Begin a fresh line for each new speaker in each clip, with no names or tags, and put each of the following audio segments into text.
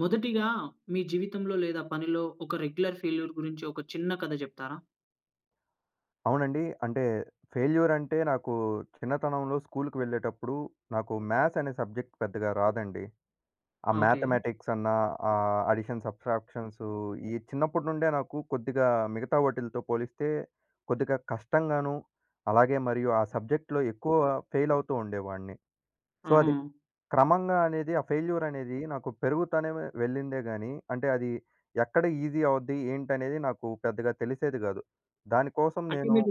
మొదటిగా మీ జీవితంలో లేదా పనిలో ఒక రెగ్యులర్ ఫెయిల్యూర్ గురించి ఒక చిన్న కథ చెప్తారా?
అవునండి. అంటే ఫెయిల్యూర్ అంటే నాకు చిన్నతనంలో స్కూలుకి వెళ్ళేటప్పుడు నాకు మ్యాథ్స్ అనే సబ్జెక్ట్ పెద్దగా రాదండి. ఆ
ఓకే.
మ్యాథమెటిక్స్ అన్నా అడిషన్, సబ్‌ట్రాక్షన్స్ ఈ చిన్నప్పటి నుండే నాకు కొద్దిగా మిగతా వాటిలతో పోలిస్తే కొద్దిగా కష్టంగాను, అలాగే మరియు ఆ సబ్జెక్ట్‌లో ఎక్కువ ఫెయిల్ అవుతూ ఉండేవాడిని. సో,
ఆహా!
అది క్రమంగా అనేది ఆ ఫెయిల్యూర్ అనేది నాకు పెరుగుతానే వెళ్ళిందే గానీ, అంటే అది ఎక్కడ ఈజీ అవుద్ది ఏంటనేది నాకు పెద్దగా తెలిసేది గాదు. దానికోసం
అంటే
నేను
మీరు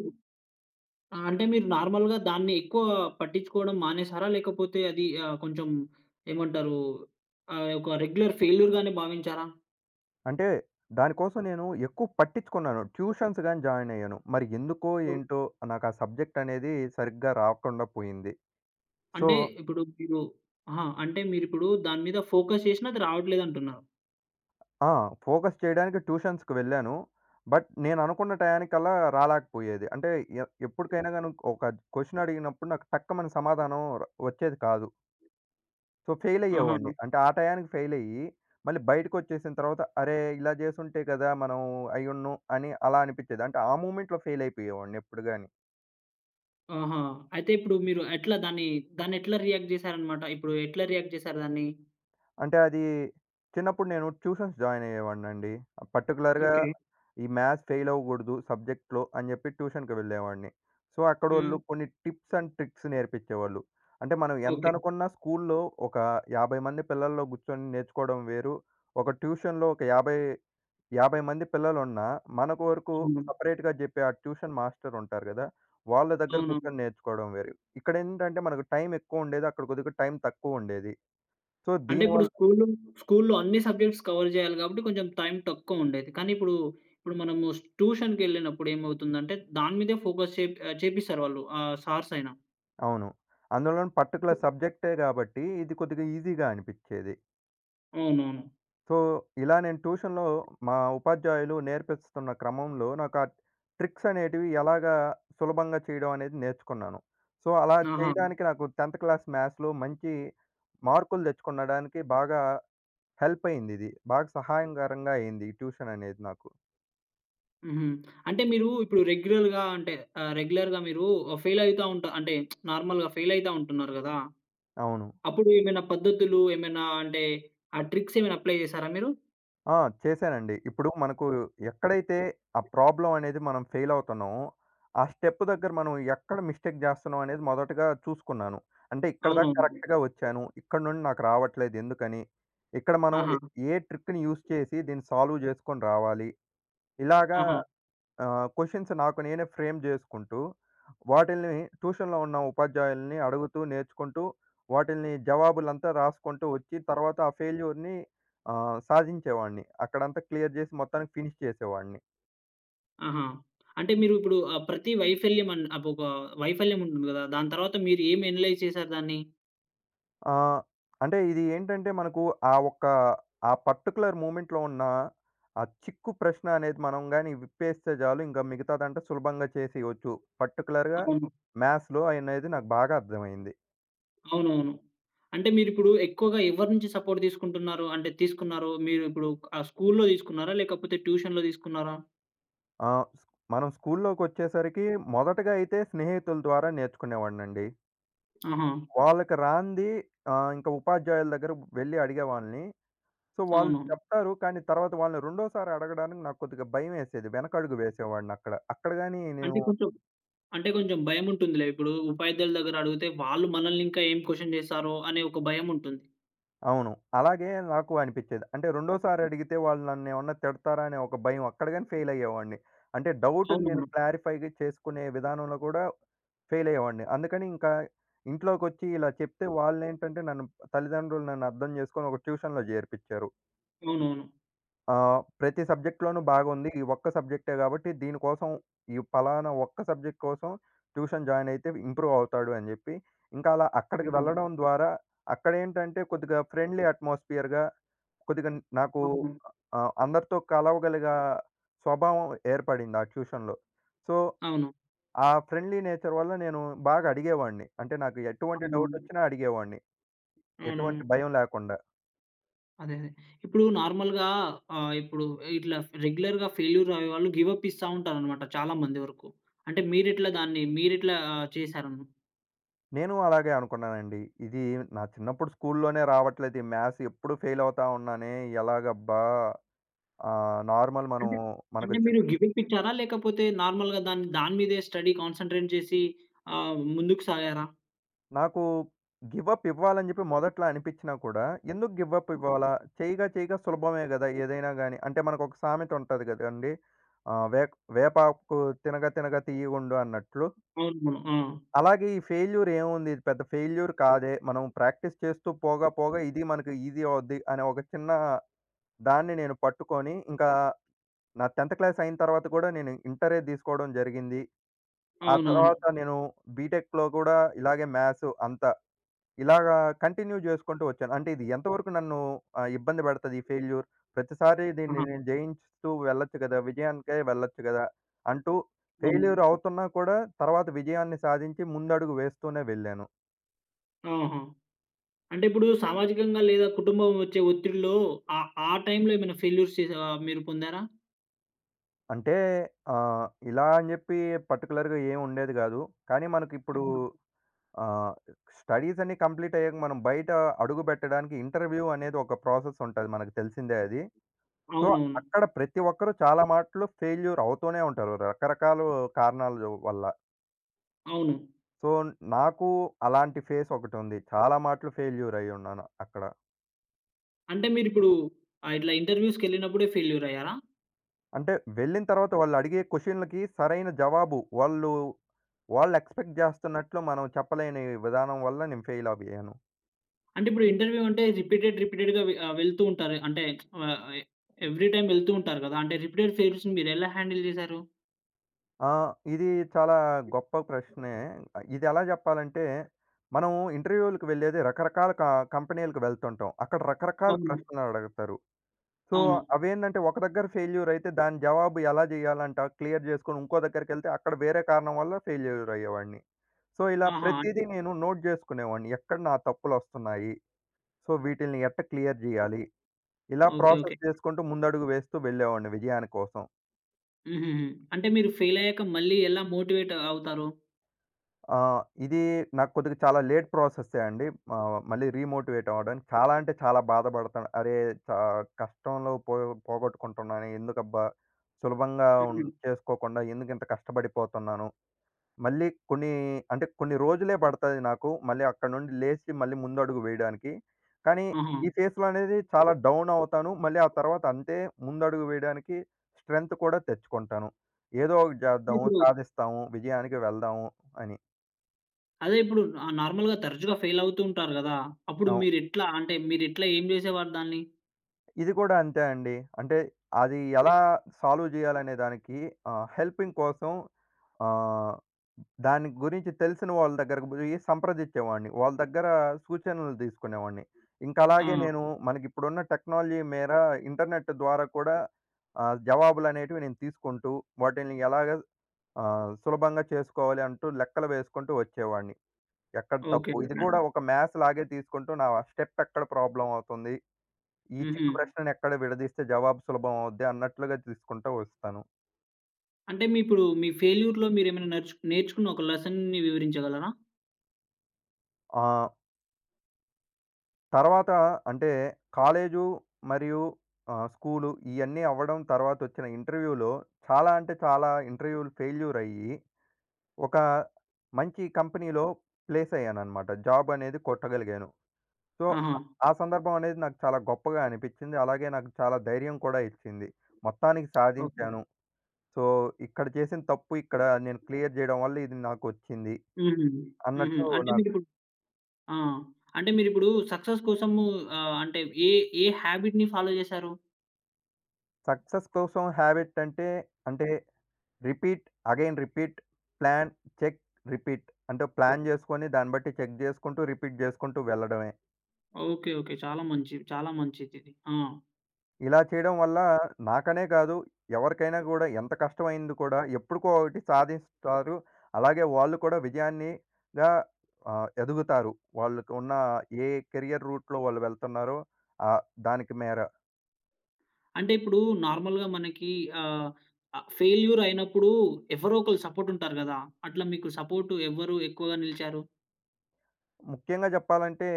అంటే మీరు నార్మల్‌గా దాన్ని ఎక్కువ పట్టించుకోవడం మానేసారా? లేకపోతే అది కొంచెం ఏమంటారు? ఒక రెగ్యులర్ ఫెయిల్యూర్‌గానే భావించారా?
అంటే దానికోసం నేను ఎక్కువ పట్టించుకున్నాను. ట్యూషన్స్ గాని జాయిన్ అయ్యాను. మరి ఎందుకో
ఓహ్!
ఏంటో నాకు ఆ సబ్జెక్ట్ అనేది సరిగ్గా రాకుండా పోయింది. సో
అంటే ఇప్పుడు మీరు. ఆహా! అంటే మీరిప్పుడు దాని మీద ఫోకస్ చేసినా అది రావట్లేదంటున్నారు.
ఆ! ఫోకస్ చేయడానికి ట్యూషన్స్‌కి వెళ్ళాను. బట్ నేను అనుకున్న టయానికల్లా రాలేకపోయేది. అంటే ఎప్పటికైనా గాని ఒక క్వెషన్ అడిగినప్పుడు నాకు టక్కుమని సమాధానం వచ్చేది కాదు. సో ఫెయిల్
ఆహా!
అయ్యేవాడిని. అంటే ఆ టయానికి ఫెయిల్ అయ్యి మళ్ళీ బయటకొచ్చేసిన తర్వాత అరే! ఇలా చేసుంటే కదా! మనం అయ్యుండును అని అలా అనిపించేది. అంటే ఆ మూమెంట్‌లో ఫెయిల్ అయిపోయేవాడిని ఎప్పుడు గాని.
ఆహా! అయితే ఇప్పుడు మీరు దాన్నెట్లా రియాక్ట్ చేశారనమాట? ఇప్పుడు ఎట్లా రియాక్ట్ చేశారు దాన్ని?
అంటే అది చిన్నప్పుడు నేను ట్యూషన్స్ జాయిన్ అయ్యేవాడినండి. పర్టిక్యులర్‌గా
ఓకే.
ఈ మ్యాథ్స్ ఫెయిల్ అవ్వకూడదు సబ్జెక్ట్‌లో అని చెప్పి ట్యూషన్‌కి వెళ్ళేవాడిని. సో,
హ్మ్.
అక్కడోళ్ళు కొన్ని టిప్స్ అండ్ ట్రిక్స్ నేర్పించేవాళ్ళు. అంటే మనం ఎంత
ఓకే.
అనుకున్నా స్కూల్లో ఒక 50 మంది పిల్లల్లో కూర్చొని నేర్చుకోవడం వేరు. ఒక ట్యూషన్‌లో ఒక 50, 50 మంది పిల్లలున్నా మనకు వరకు
హ్మ్.
సెపరేట్‌గా చెప్పే ఆ ట్యూషన్ మాస్టర్ ఉంటారు కదా! వాళ్ళ దగ్గర
అవునవును.
కూర్చొని నేర్చుకోవడం వేరు. ఇక్కడేంటంటే మనకు టైం ఎక్కువ ఉండేది. అక్కడ కొద్దిగా టైం తక్కువ ఉండేది. సో,
అంటే ఇప్పుడు
దీనివల్ల
స్కూల్‌లో స్కూల్‌లో అన్ని సబ్జెక్ట్స్ కవర్ జేయాలి గాబట్టి కొంచెం టైం తక్కువుండేది. కానీ ఇప్పుడు, ఇప్పుడు మనము ట్యూషన్‌కెళ్ళినప్పుడు ఏమవుతుందంటే దాని మీదే చేపిస్తారు వాళ్ళు. ఆ సార్స్ అయినా.
అవును. అందులోను పర్టిక్యులర్ సబ్జెక్టే గాబట్టి, ఇది కొద్దిగా ఈజీగా అనిపిచ్చేది.
అవునవును.
సో, ఇలా నేను ట్యూషన్‌లో మా ఉపాధ్యాయులు నేర్పిస్తున్న క్రమంలో నాకు ఆ ట్రిక్స్ అనేటివి ఎలాగా సులభంగా చేయడం అనేది నేర్చుకున్నాను. సో, అలా
ఆహా!
చేయడానికి నాకు 10థ్ క్లాస్ మ్యాథ్స్‌లో మంచి మార్కులు తెచ్చుకొనడానికి బాగా హెల్ప్ అయిందిది. బాగా సహాయంకరంగా అయింది ఈ ట్యూషన్ అనేది నాకు.
హుహు. అంటే మీరు ఇప్పుడు రెగ్యులర్‌గా మీరు ఫెయిల్ అయితా ఉంటా అంటే నార్మల్‌గా ఫెయిల్ అయితా ఉంటున్నారు గదా!
అవును.
అప్పుడు ఏమైనా పద్ధతులు ఏమైనా అంటే ఆ ట్రిక్స్ ఏమైనా అప్లై చేసారా మీరు?
ఆ! చేశానండి. ఇప్పుడు మనకు ఎక్కడైతే ఆ ప్రాబ్లమ్ అనేది మనం ఫెయిల్ అవుతున్నామో, ఆ స్టెప్ దగ్గర మనం ఎక్కడ మిస్టేక్ జేస్తున్నాం అనేది మొదటగా చూసుకున్నాను. అంటే ఇక్కడ దాకా
అవునవును.
కరెక్ట్‌గా వచ్చాను. ఇక్కడ నుండి నాకు రావట్లేదు ఎందుకని? ఇక్కడ మనం
ఆహా!
ఏ ఏ ట్రిక్‌ని యూజ్ చేసి దీన్ని సాల్వ్ జేసుకొని రావాలి. ఇలాగా
ఆహా!
క్వెషన్స్ నాకు నేనే ఫ్రేమ్ జేసుకుంటూ, వాటిల్ని ట్యూషన్‌లో ఉన్న ఉపాధ్యాయుల్ని అడుగుతూ, నేర్చుకుంటూ, వాటిల్ని జవాబులంతా రాసుకుంటూ వచ్చి, తర్వాత ఆ ఫెయిల్యూర్‌ని సాధించేవాడిని. అక్కడంతా క్లియర్ జేసి మొత్తానికి ఫినిష్ చేసేవాడిని.
ఆహా! అంటే మీరు ఇప్పుడు ప్రతి వైఫల్యం అన్ అప్ ఒక వైఫల్యం ఉంటుంది గదా! దాని తర్వాత మీరు ఏం అనలైజ్ చేసారు దాన్ని?
ఆహ్, అంటే ఇది ఏంటంటే మనకు ఆ ఒక్క ఆ పర్టిక్యులర్ మూమెంట్‌లో ఉన్న ఆ చిక్కు ప్రశ్న అనేది మనం గాని విప్పేస్తే చాలు ఇంకా మిగతాదంతా సులభంగా చేసేయొచ్చు. పర్టిక్యులర్‌గా
అవును.
మ్యాథ్స్‌లో అనేది నాకు బాగా అర్థమైంది.
అవునవును. అంటే మీరిప్పుడు ఎక్కువగా ఎవరి నుంచి సపోర్ట్ తీసుకుంటున్నారు? అంటే తీసుకున్నారు మీరు ఇప్పుడు స్కూల్‌లో తీసుకున్నారా? లేకపోతే ట్యూషన్‌లో తీసుకున్నారా?
ఆ! స్క్ మనం స్కూల్లోకొచ్చేసరికి మొదటగా అయితే స్నేహితుల ద్వారా నేర్చుకునేవాడినండి.
ఆహా!
వాళ్ళకి రానిది ఇంకా ఉపాధ్యాయుల దగ్గర వెళ్లి అడిగేవాడిని. సో, వాళ్ళు
అవును.
చెప్తారు. కానీ తర్వాత వాళ్ళని రెండోసారి అడగడానికి నాకు కొద్దిగా భయమేసేది. వెనకడుగు వేసేవాడినక్కడ. అక్కడ గాని నేను
అంటే కొంచెం అంటే కొంచెం భయముంటుందిలే. ఇప్పుడు ఉపాధ్యాయుల దగ్గర అడిగితే వాళ్ళు మనల్ని ఇంకా ఏం క్వెషన్ చేస్తారో అనే ఒక భయముంటుంది.
అవును. అలాగే నాకు అనిపిచ్చేది. అంటే రెండోసారి అడిగితే వాళ్ళు నన్నేమన్నా తిడతారా అనే ఒక భయం. అక్కడ గాని ఫెయిల్ అయ్యేవాడిని. అంటే డౌట్‌ని నేను
అవునవును.
క్లారిఫై‌గా చేసుకునే విధానంలో కూడా ఫెయిల్ అయ్యేవాడిని. అందుకని ఇంకా ఇంట్లోకొచ్చి ఇలా చెప్తే వాళ్ళేంటంటే తల్లిదండ్రులు నన్ను అర్థం చేసుకొని ఒక ట్యూషన్‌లో చేర్పిచ్చారు.
అవునవును.
ప్రతి సబ్జెక్ట్‌లోనూ బాగుంది. ఈ ఒక్క సబ్జెక్టే గాబట్టి దీనికోసం ఈ పలానా ఒక్క సబ్జెక్ట్ కోసం ట్యూషన్ జాయిన్ అయితే ఇంప్రూవ్ అవుతాడు అని జెప్పి, ఇంకా అలా అక్కడికి వెళ్ళడం
హ్మ్.
ద్వారా అక్కడేంటంటే కొద్దిగా ఫ్రెండ్లీ అట్మాస్ఫియర్‌గా కొద్దిగా నాకు
అవును.
అందరితో కలవగలిగా స్వభావం ఏర్పడింది ఆ ట్యూషన్‌లో. సో,
అవును.
ఆ ఫ్రెండ్లీ నేచర్ వల్ల నేను బాగా అడిగేవాడిని. అంటే నాకు ఎటువంటి
అవునవును.
డౌటొచ్చినా అడిగేవాడిని.
అవునవును.
ఎటువంటి భయం లేకుండా.
అదే. అదే. ఇప్పుడు ఆహ్, ఇప్పుడు ఇట్లా రెగ్యులర్‌గా ఫెయిల్యూర్ అయ్యేవాళ్ళు గివ్ అప్ ఇస్తా ఉంటారనమాట చాలా మంది వరకు. అంటే మీరెట్లా చేశారు?
నేను అలాగే అనుకున్నానండి. ఇది నా చిన్నప్పుడు స్కూల్‌లోనే రావట్లేదు. ఈ మ్యాథ్స్ ఎప్పుడు ఫెయిల్ అవుతా ఉన్నానే. ఎలాగబ్బా! ఆహ్, నార్మల్ మనం
అంటే,
మనకు
అంటే,
చి
మీరు గివ్ అప్ ఇచ్చారా? లేకపోతే నార్మల్‌గా దాని మీదే స్టడీ కాన్సంట్రేట్ చేసి ముందుకు సాగారా?
నాకు గివ్ అప్ ఇవ్వాలని చెప్పి మొదట్లో అనిపించినా కూడా, ఎందుకు గివ్ అప్ ఇవ్వాలా? చేయగా చేయగా సులభమే గదా! ఏదైనా గాని. అంటే మనకు ఒక సామెత ఉంటది గదండీ! ఆహ్, "వేక్ వేపాకు తినగా తినగా తియ్యగుండు" అన్నట్లు.
అవును. ఆ!
అలాగే ఈ ఫెయిల్యూర్ ఏముంది? ఇది పెద్ద ఫెయిల్యూర్ కాదే. మనం ప్రాక్టీస్ చేస్తూ పోగా, పోగా ఇది మనకు ఈజీ అవుద్ది అనే ఒక చిన్న దాన్ని నేను పట్టుకొని, ఇంకా నా 10థ్ క్లాస్ అయిన తర్వాత కూడా నేను ఇంటరే తీసుకోవడం జరిగింది. ఆ
అవునవును.
తర్వాత నేను బీటెక్‌లో కూడా ఇలాగే మ్యాథ్స్ అంత ఇలాగా కంటిన్యూ చేసుకుంటూ వచ్చాను. అంటే ఇది ఎంతవరకు నన్ను ఇబ్బంది పెడతది ఈ ఫెయిల్యూర్? ప్రతిసారి దీన్ని
ఆహా!
నేను జయించుతూ వెళ్ళొచ్చు కదా! విజయానికే వెళ్ళొచ్చు కదా! అంటూ
అవును.
ఫెయిల్యూర్ అవుతున్నా కూడా తర్వాత విజయాన్ని సాధించి ముందడుగు వేస్తూనే వెళ్ళాను.
ఆహా! అంటే ఇప్పుడు సామాజికంగా లేదా కుటుంబం వచ్చే ఒత్తిడిలో ఆ టైంలో ఏమైనా ఫెయిల్యూర్స్ మీరు పొందారా?
అంటే ఆహ్, ఇలా అని చెప్పి పర్టిక్యులర్‌గా ఏమి ఉండేది కాదు. కానీ మనకిప్పుడు
ఆహా!
ఆహ్, స్టడీస్ అన్నీ కంప్లీట్ అయ్యాక మనం బయట అడుగుబెట్టడానికి ఇంటర్వ్యూ అనేది ఒక ప్రాసెస్ ఉంటది. మనకు తెలిసిందే అది. సో,
అవునవును.
అక్కడ ప్రతి ఒక్కరు చాలా మాట్లు ఫెయిల్యూర్ అవుతూనే ఉంటారు. రకరకాలు కారణాలు వల్ల.
అవును.
సో, నాకు అలాంటి ఫేస్ ఒకటుంది. చాలా మాట్లు ఫెయిల్యూర్ అయ్యున్నాను అక్కడ.
అంటే మీరిప్పుడు ఇట్లా ఇంటర్‌వ్యూస్‌కెళ్ళినప్పుడే ఫెయిల్యూర్ అయ్యారా?
అంటే వెళ్ళిన తర్వాత వాళ్ళు అడిగే క్వెషన్‌లకి సరైన జవాబు వాళ్ళు ఎక్స్‌పెక్ట్ జేస్తున్నట్లు మనం చెప్పలేని విధానం వల్ల నేను ఫెయిల్ అవ్వయ్యాను.
అంటే ఇప్పుడు ఇంటర్‌వ్యూ అంటే రిపీటెడ్‌గా వెళ్తూ ఉంటారు. అంటే ఆహ్, ఎ ఎవ్రీ టైమ్ వెళ్తూ ఉంటారు కదా! అంటే రిపీటెడ్ ఫెయిల్యూర్స్‌ని మీరెలా హ్యాండిల్ చేశారు?
ఆ! ఇది చాలా గొప్ప ప్రశ్నే. ఇది ఎలా జెప్పాలంటే, మనం ఇంటర్వ్యూ‌లకి వెళ్ళేది రకరకాల క కంపెనీ‌లకి వెళ్తుంటాం. అక్కడ రకరకాల
అవును.
ప్రశ్నలు అడుగుతారు. సో,
అవును.
అవేంటంటే ఒక దగ్గర ఫెయిల్యూర్ అయితే దాని జవాబు ఎలా జేయాలంట? క్లియర్ జేసుకొని ఇంకో దగ్గరికెళ్తే అక్కడ వేరే కారణం వల్ల ఫెయిల్యూర్ అయ్యేవాడిని. సో, ఇలా
ఆహా! అంటే.
ప్రతీదీ నేను నోట్ జేసుకునేవాడిని. ఎక్కడ నా తప్పులొస్తున్నాయి? సో, వీటిల్ని ఎట్ట క్లియర్ జేయాలి? ఇలా
ఓకే. ఓకే.
ప్రాసెస్ చేసుకుంటూ ముందడుగు వేస్తూ వెళ్ళేవాడిని విజయాని కోసం.
హుహుహు. అంటే మీరు ఫెయిల్ అయ్యాక మళ్ళీ ఎలా మోటివేట్ అవుతారు?
ఆ! ఇది నాకు కొద్దిగా చాలా లేట్ ప్రాసెస్సే అండి. మళ్ళీ రీమోటివేట్ అవ్వడానికి. చాలా అంటే చాలా బాధపడతాను. అరే! చా కష్టంలో పోగొట్టుకుంటున్నానే ఎందుకబ్బా! సులభంగా ఉన్
హుహు.
హ్మ్. చేసుకోకుండా ఎందుకింత కష్టపడిపోతున్నాను. మళ్ళీ కొన్ని అంటే కొన్ని రోజులే పడతది నాకు. మళ్ళీ అక్కడి నుండి లేసి మళ్ళీ ముందడుగు వేయడానికి. కానీ
ఆహా!
ఈ ఫేస్‌లో అనేది చాలా డౌన్ అవుతాను. మళ్ళీ ఆ తర్వాత అంతే ముందడుగు వేయడానికి స్ట్రెంత్ కూడా తెచ్చుకుంటాను. ఏదో ఒకటి
అంటే
చేద్దాము, ఓకే.
ఇప్పుడు
సాధిస్తాము, విజయానికి వెళ్దాము అని.
అదే ఇప్పుడు నార్మల్‌గా తరచుగా ఫెయిల్ అవుతూ ఉంటారు కదా! అప్పుడు మీరెట్లా ఏం చేసేవారు దాన్ని?
ఇది కూడా అంతే అండి. అంటే అది ఎలా సాల్వ్ జేయాలనే దానికి హెల్పింగ్ కోసం ఆహ్, దాని గురించి తెలిసిన వాళ్ళ దగ్గరకు బోయి సంప్రదించేవాడిని. వాళ్ళ దగ్గర సూచనలు తీసుకునేవాడిని. ఇంకా
ఆ!
అలాగే నేను మనకిప్పుడున్న టెక్నాలజీ మేర ఇంటర్నెట్ ద్వారా కూడా జవాబులనేటివి నేను తీసుకుంటూ వాటిల్ని ఎలాగ సులభంగా చేసుకోవాలి అంటూ లెక్కలు వేసుకుంటూ వచ్చేవాడిని. ఎక్కడ
ఓకే.
తప్పు ఇది
ఓకే.
కూడా ఒక మ్యాథ్స్ లాగే తీసుకుంటూ నా స్టెప్ ఎక్కడ ప్రాబ్లమ్ అవుతుంది? ఈ
హుహు.
చిక్కు ప్రశ్నను ఎక్కడ విడదీస్తే జవాబు సులభం అవుద్ది అన్నట్లుగా తీసుకుంటూ వస్తాను.
అంటే మీ ఫెయిల్యూర్‌లో మీరేమైనా నేర్చుకున్న ఒక లెసన్‌ని వివరించగలరా?
ఆహ్, తర్వాత అంటే కాలేజు మరియు స్కూలు ఇయన్నీ అవ్వడం తర్వాతొచ్చిన ఇంటర్వ్యూలో చాలా అంటే చాలా ఇంటర్వ్యూలు ఫెయిల్యూర్ అయ్యి, ఒక మంచి కంపెనీలో ప్లేస్ అయ్యాననమాట. జాబ్ అనేది కొట్టగలిగాను. సో,
ఆహా!
అ ఆ సందర్భం అనేది నాకు చాలా గొప్పగా అనిపిచ్చింది. అలాగే నాకు చాలా ధైర్యం కూడా ఇచ్చింది. మొత్తానికి
ఓకే.
సాధించాను. సో, ఇక్కడ చేసిన తప్పు ఇక్కడ నేను క్లియర్ జేయడం వల్ల ఇది నాకొచ్చింది.
హుహు. హుహు.
అన్నట్టు
అంటే
నాకు
మీరిప్పుడు ఆ! అంటే మీరిప్పుడు సక్సెస్ కోసము అంటే ఏ ఏ హాబిట్‌ని ఫాలో చేశారు?
సక్సెస్ కోసం హ్యాబిట్ అంటే, అంటే repeat, again repeat, plan, check, repeat. అంటే ప్లాన్ జేసుకొని దాన్ని బట్టి చెక్ జేసుకుంటూ, రిపీట్ జేసుకుంటూ వెళ్ళడమే.
ఓకే. ఓకే. చాలా మంచిదిది. ఆ!
ఇలా చేయడం వల్ల నాకనే గాదు, ఎవరికైనా గూడా ఎంత కష్టమైంది కూడా ఎప్పుడుకో ఒకటి సాధిస్తారు. అలాగే వాళ్ళు కూడా విజయాన్ని గా ఎదుగుతారు. వాళ్ళకున్న ఏ కెరియర్ రూట్‌లో వాళ్ళు వెళ్తున్నారో ఆహ్, దానికి మేర.
అంటే ఇప్పుడు నార్మల్‌గా మనకి ఆహ్, ఆహ్, ఫెయిల్యూర్ అయినప్పుడు ఎవరో ఒకళ్ళు సపోర్ట్ ఉంటారు కదా! అట్లా మీకు సపోర్ట్ ఎవ్వరు ఎక్కువగా నిలిచారు?
ముఖ్యంగా చెప్పాలంటే,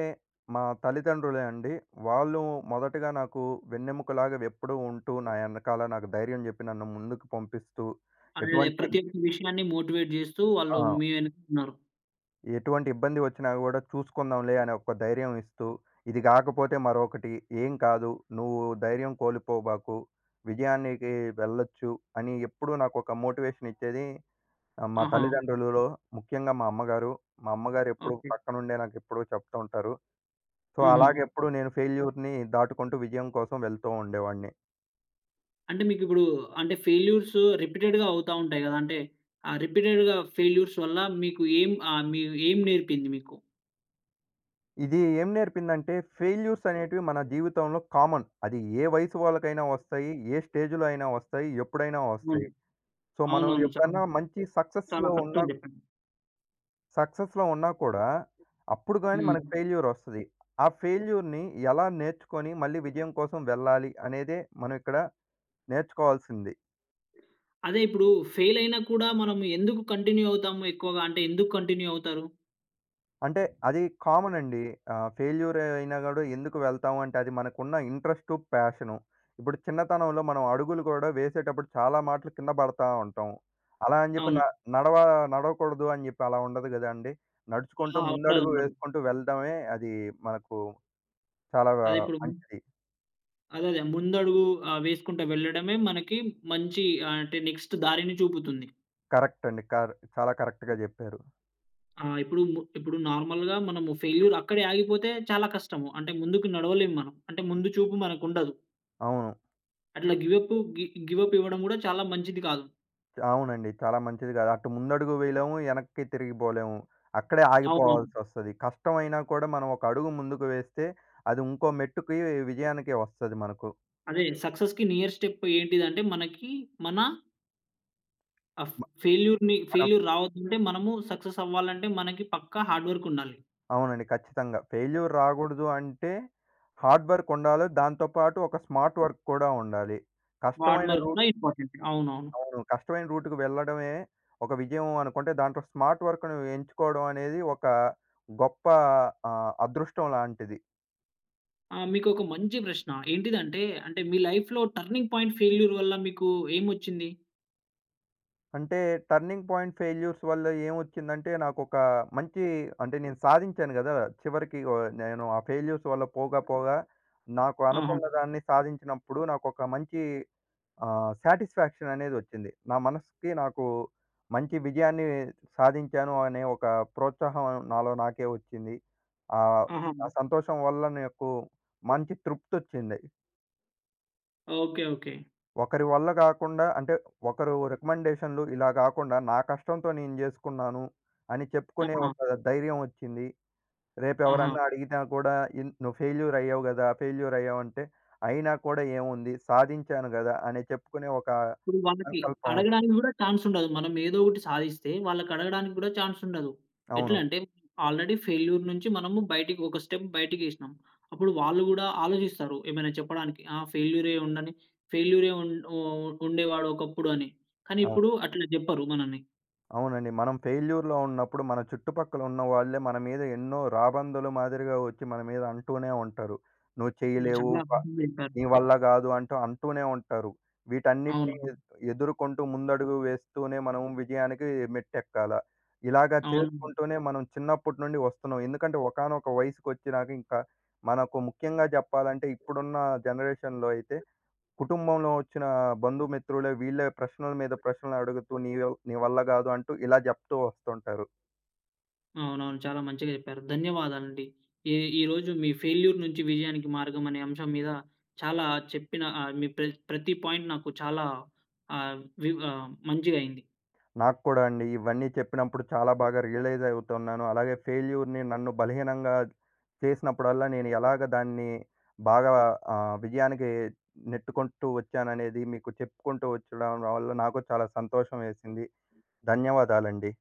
మా తల్లిదండ్రులే అండి. వాళ్ళు మొదటగా నాకు వెన్నెముకలాగా ఎప్పుడూ ఉంటూ, నా ఎనకాల నాకు ధైర్యం జెప్పి, నన్ను ముందుకు పంపిస్తూ,
అదేదే
ఎటువంటి
ప్రతి ఒక్క విషయాన్ని మోటివేట్ చేస్తూ వాళ్ళు మీ
ఆ!
వెనక ఉన్నారు.
ఎటువంటి ఇబ్బంది వచ్చినా గూడా చూసుకుందాంలే అనే ఒక ధైర్యం ఇస్తూ, ఇది గాకపోతే మరొకటి, ఏం కాదు, నువ్వు ధైర్యం కోల్పోబాకు, విజయానికి వెళ్ళొచ్చు అని ఎప్పుడూ నాకొక మోటివేషన్ ఇచ్చేది మా
ఆహా!
తల్లిదండ్రులలో ముఖ్యంగా మా అమ్మగారు. మా అమ్మగారు ఎప్పుడూ
ఓకే.
పక్కనుండే నాకెప్పుడూ చెప్తూ ఉంటారు. సో,
హుహు.
అలాగెప్పుడు నేను ఫెయిల్యూర్‌ని దాటుకుంటూ విజయం కోసం వెళ్తూ ఉండేవాడిని.
అంటే మీకిప్పుడు అంటే ఫెయిల్యూర్స్ రిపీటెడ్‌గా అవుతా ఉంటాయి గదా! అంటే ఆ రిపీటెడ్‌గా ఫెయిల్యూర్స్ వల్ల మీకు ఏం ఆహ్, మీ ఏం నేర్పింది మీకు?
ఇది ఏం నేర్పిందంటే ఫెయిల్యూర్స్ అనేటివి మన జీవితంలో కామన్. అది ఏ వయసు వాళ్ళకైనా వస్తాయి. ఏ స్టేజ్‌లో అయినా వస్తాయి. ఎప్పుడైనా
హ్మ్.
వస్తాయి. సో, మనం
అవునవును. చాలా,
ఎప్పుడన్నా మంచి
చాలా కరెక్ట్‌గా జెప్పారు.
సక్సెస్‌లో ఉన్నా కూడా అప్పుడు గాని
హ్మ్.
మనకు ఫెయిల్యూర్ వస్తది. ఆ ఫెయిల్యూర్‌ని ఎలా నేర్చుకొని మళ్ళీ విజయం కోసం వెళ్ళాలి అనేదే మనం ఇక్కడ నేర్చుకోవాల్సింది.
అదే ఇప్పుడు ఫెయిల్ అయినా కూడా మనం ఎందుకు కంటిన్యూ అవుతాము ఎక్కువగా? అంటే ఎందుకు కంటిన్యూ అవుతారు?
అంటే అది కామన్ అండి. ఫెయిల్యూర్ అయినా గూడా ఎందుకు వెళ్తాము అంటే అది మనకున్న ఇంట్రెస్టు, ప్యాషను. ఇప్పుడు చిన్నతనంలో మనం అడుగులు గూడా వేసేటప్పుడు చాలా మాట్లు కింద పడతా ఉంటాం. అలా అని జెప్పి
అవును.
న నడవ నడవకూడదు అని జెప్పి అలా ఉండదు గదండీ. నడుచుకుంటూ
ఆ! ఉండదు.
ముందడుగు
ఉండదు.
వేసుకుంటూ వెళ్ళడమే అది మనకు చాలా
అదే ఇప్పుడు
మంచిది.
అదే. అదే. ముందడుగు వేసుకుంటా వెళ్ళడమే మనకి మంచి అంటే నెక్స్ట్ దారిని చూపుతుంది.
కరెక్ట్ అండి. చాలా కరెక్ట్‌గా జెప్పారు.
ఆ! ఇప్పుడు నార్మల్‌గా మనము ఫెయిల్యూర్ అక్కడే ఆగిపోతే చాలా కష్టము. అంటే ముందుకు నడవలేం మనం. అంటే ముందు చూపు మనకుండదు.
అవును.
అట్లా గివప్ ఇవ్వడం గూడా చాలా మంచిది కాదు.
అవునండి. చాలా మంచిది కాదు. అటు ముందడుగు వేయలేము, ఎనక్కి తిరిగిపోలేము. అక్కడే
అవునవును.
ఆగిపోవాల్సొస్తది. కష్టమైనా కూడా మనం ఒక అడుగు ముందుకు వేస్తే అది ఇంకో మెట్టుకి విజయానికి వస్తది మనకు.
అదే సక్సెస్‌కి నియర్ స్టెప్ ఏంటిదంటే మనకి మన ఆహ్,
మనం
ఫెయిల్యూర్ రావద్దంటే మనము సక్సెస్ అవ్వాలంటే మనకి పక్కా హార్డ్ వర్క్ ఉండాలి.
అవునండి. ఖచ్చితంగా. ఫెయిల్యూర్ రాకూడదు అంటే హార్డ్ వర్క్ ఉండాలి. దాంతో పాటు ఒక స్మార్ట్ వర్క్ కూడా ఉండాలి.
హార్డ్
కష్టమైన
వర్క్
రూట్
కూడా ఇంపార్టెంట్. అవునవును.
అవును. కష్టమైన రూట్‌కి వెళ్ళడమే ఒక విజయం అనుకుంటే దాంట్లో స్మార్ట్ వర్క్‌ను ఎంచుకోవడం అనేది ఒక గొప్ప అదృష్టం లాంటిది.
ఆ! మీకొక మంచి ప్రశ్న. ఏంటిదంటే అంటే మీ లైఫ్‌లో టర్నింగ్ పాయింట్ ఫెయిల్యూర్ వల్ల మీకు ఏమొచ్చింది?
అంటే టర్నింగ్ పాయింట్ ఫెయిల్యూర్స్ వల్ల ఏమొచ్చిందంటే నాకొక మంచి అంటే నేను సాధించాను గదా! చివరికి ఓ నేను ఆ ఫెయిల్యూర్స్ వల్ల పోగా, పోగా నాకు
ఆహా!
అనుకున్న దాన్ని సాధించినప్పుడు నాకొక మంచి సాటిస్ఫాక్షన్ అనేదొచ్చింది. నా మనసుకి నాకు మంచి విజయాన్ని సాధించాను అనే ఒక ప్రోత్సాహం నాలో నాకే వచ్చింది. ఆహ్,
ఆహా!
ఆ సంతోషం వల్ల నాకు మంచి తృప్తొచ్చింది.
ఓకే. ఓకే.
ఒకరి వల్ల గాకుండా అంటే ఒకరు రికమెండేషన్‌లు ఇలా గాకుండా నా కష్టంతో నేను జేసుకున్నాను అని చెప్పుకునే
ఆహా!
ఒక ధైర్యం వచ్చింది.
ఆహా!
రేపెవరన్నా అడిగినా కూడా "నువ్వు ఫెయిల్యూర్ అయ్యావు గదా! ఫెయిల్యూర్ అయ్యావంటే" అయినా కూడా ఏముంది సాధించాను గదా! అని చెప్పుకునే ఒక
ఇప్పుడు వాళ్ళకి
సంకల్పం.
అడగడానికి గూడా ఛాన్సుండదు. మనం ఏదో ఒకటి సాధిస్తే వాళ్ళకడగడానికి గూడా ఛాన్సుండదు.
అవును.
ఎట్లంటే ఆల్రెడీ ఫెయిల్యూర్ నుంచి మనము బయటికి ఒక స్టెప్ బయటికేసినాం. అప్పుడు వాళ్ళు గూడా ఆలోచిస్తారు ఏమైనా చెప్పడానికి. ఆ! ఫెయిల్యూరే ఉండని ఫెయిల్యూరే ఉం ఉ ఉండేవాడు ఒకప్పుడు అని. కానీ
అవును.
ఇప్పుడు అట్లా జెప్పరు మనల్ని.
అవునండి. మనం ఫెయిల్యూర్‌లో ఉన్నప్పుడు మన చుట్టుపక్కల ఉన్న వాళ్ళే మన మీద ఎన్నో రాబందుల మాదిరిగా వచ్చి మన మీద అంటూనే ఉంటారు. "నువ్వు
హ్మ్.
చేయలేవు."
చాలా
వ
అద్భుతంగా చెప్పారు.
నీ వల్ల గాదు అంటూ అంటూనే ఉంటారు. వీటన్నిటిని
అవును.
ఎ ఎదుర్కొంటూ ముందడుగు వేస్తూనే మనం విజయానికి మెట్టెక్కాల. ఇలాగ
అవును.
చేసుకుంటూనే మనం చిన్నప్పటి నుండి వస్తున్నాం. ఎందుకంటే ఒకానొక వయసుకొచ్చినాక ఇంకా మనకు ముఖ్యంగా జెప్పాలంటే ఇప్పుడున్న జనరేషన్‌లో అయితే కుటుంబంలో వచ్చిన బంధుమిత్రులే వీళ్ళే ప్రశ్నల మీద ప్రశ్నలు అడుగుతూ నీ నీ వల్ల గాదు అంటూ ఇలా జెప్తూ వస్తుంటారు.
అవునవును. చాలా మంచిగా చెప్పారు. ధన్యవాదాలండి. ఈ ఈరోజు మీ ఫెయిల్యూర్ నుంచి విజయానికి మార్గం అనే అంశం మీద చాలా చెప్పిన మీ ప్ర ప్రతి పాయింట్ నాకు చాలా మంచిగయింది.
నాకు కూడా అండి. ఇవన్నీ చెప్పినప్పుడు చాలా బాగా రియలైజ్ అవుతున్నాను. అలాగే ఫెయిల్యూర్‌ని నన్ను బలహీనంగా చేసినప్పుడల్లా నేను ఎలాగ దాన్ని బాగా విజయానికి నెట్టుకుంటూ వచ్చాననేది మీకు చెప్పుకుంటూ వచ్చడం వల్ల నాకు చాలా సంతోషం వేసింది. ధన్యవాదాలండి.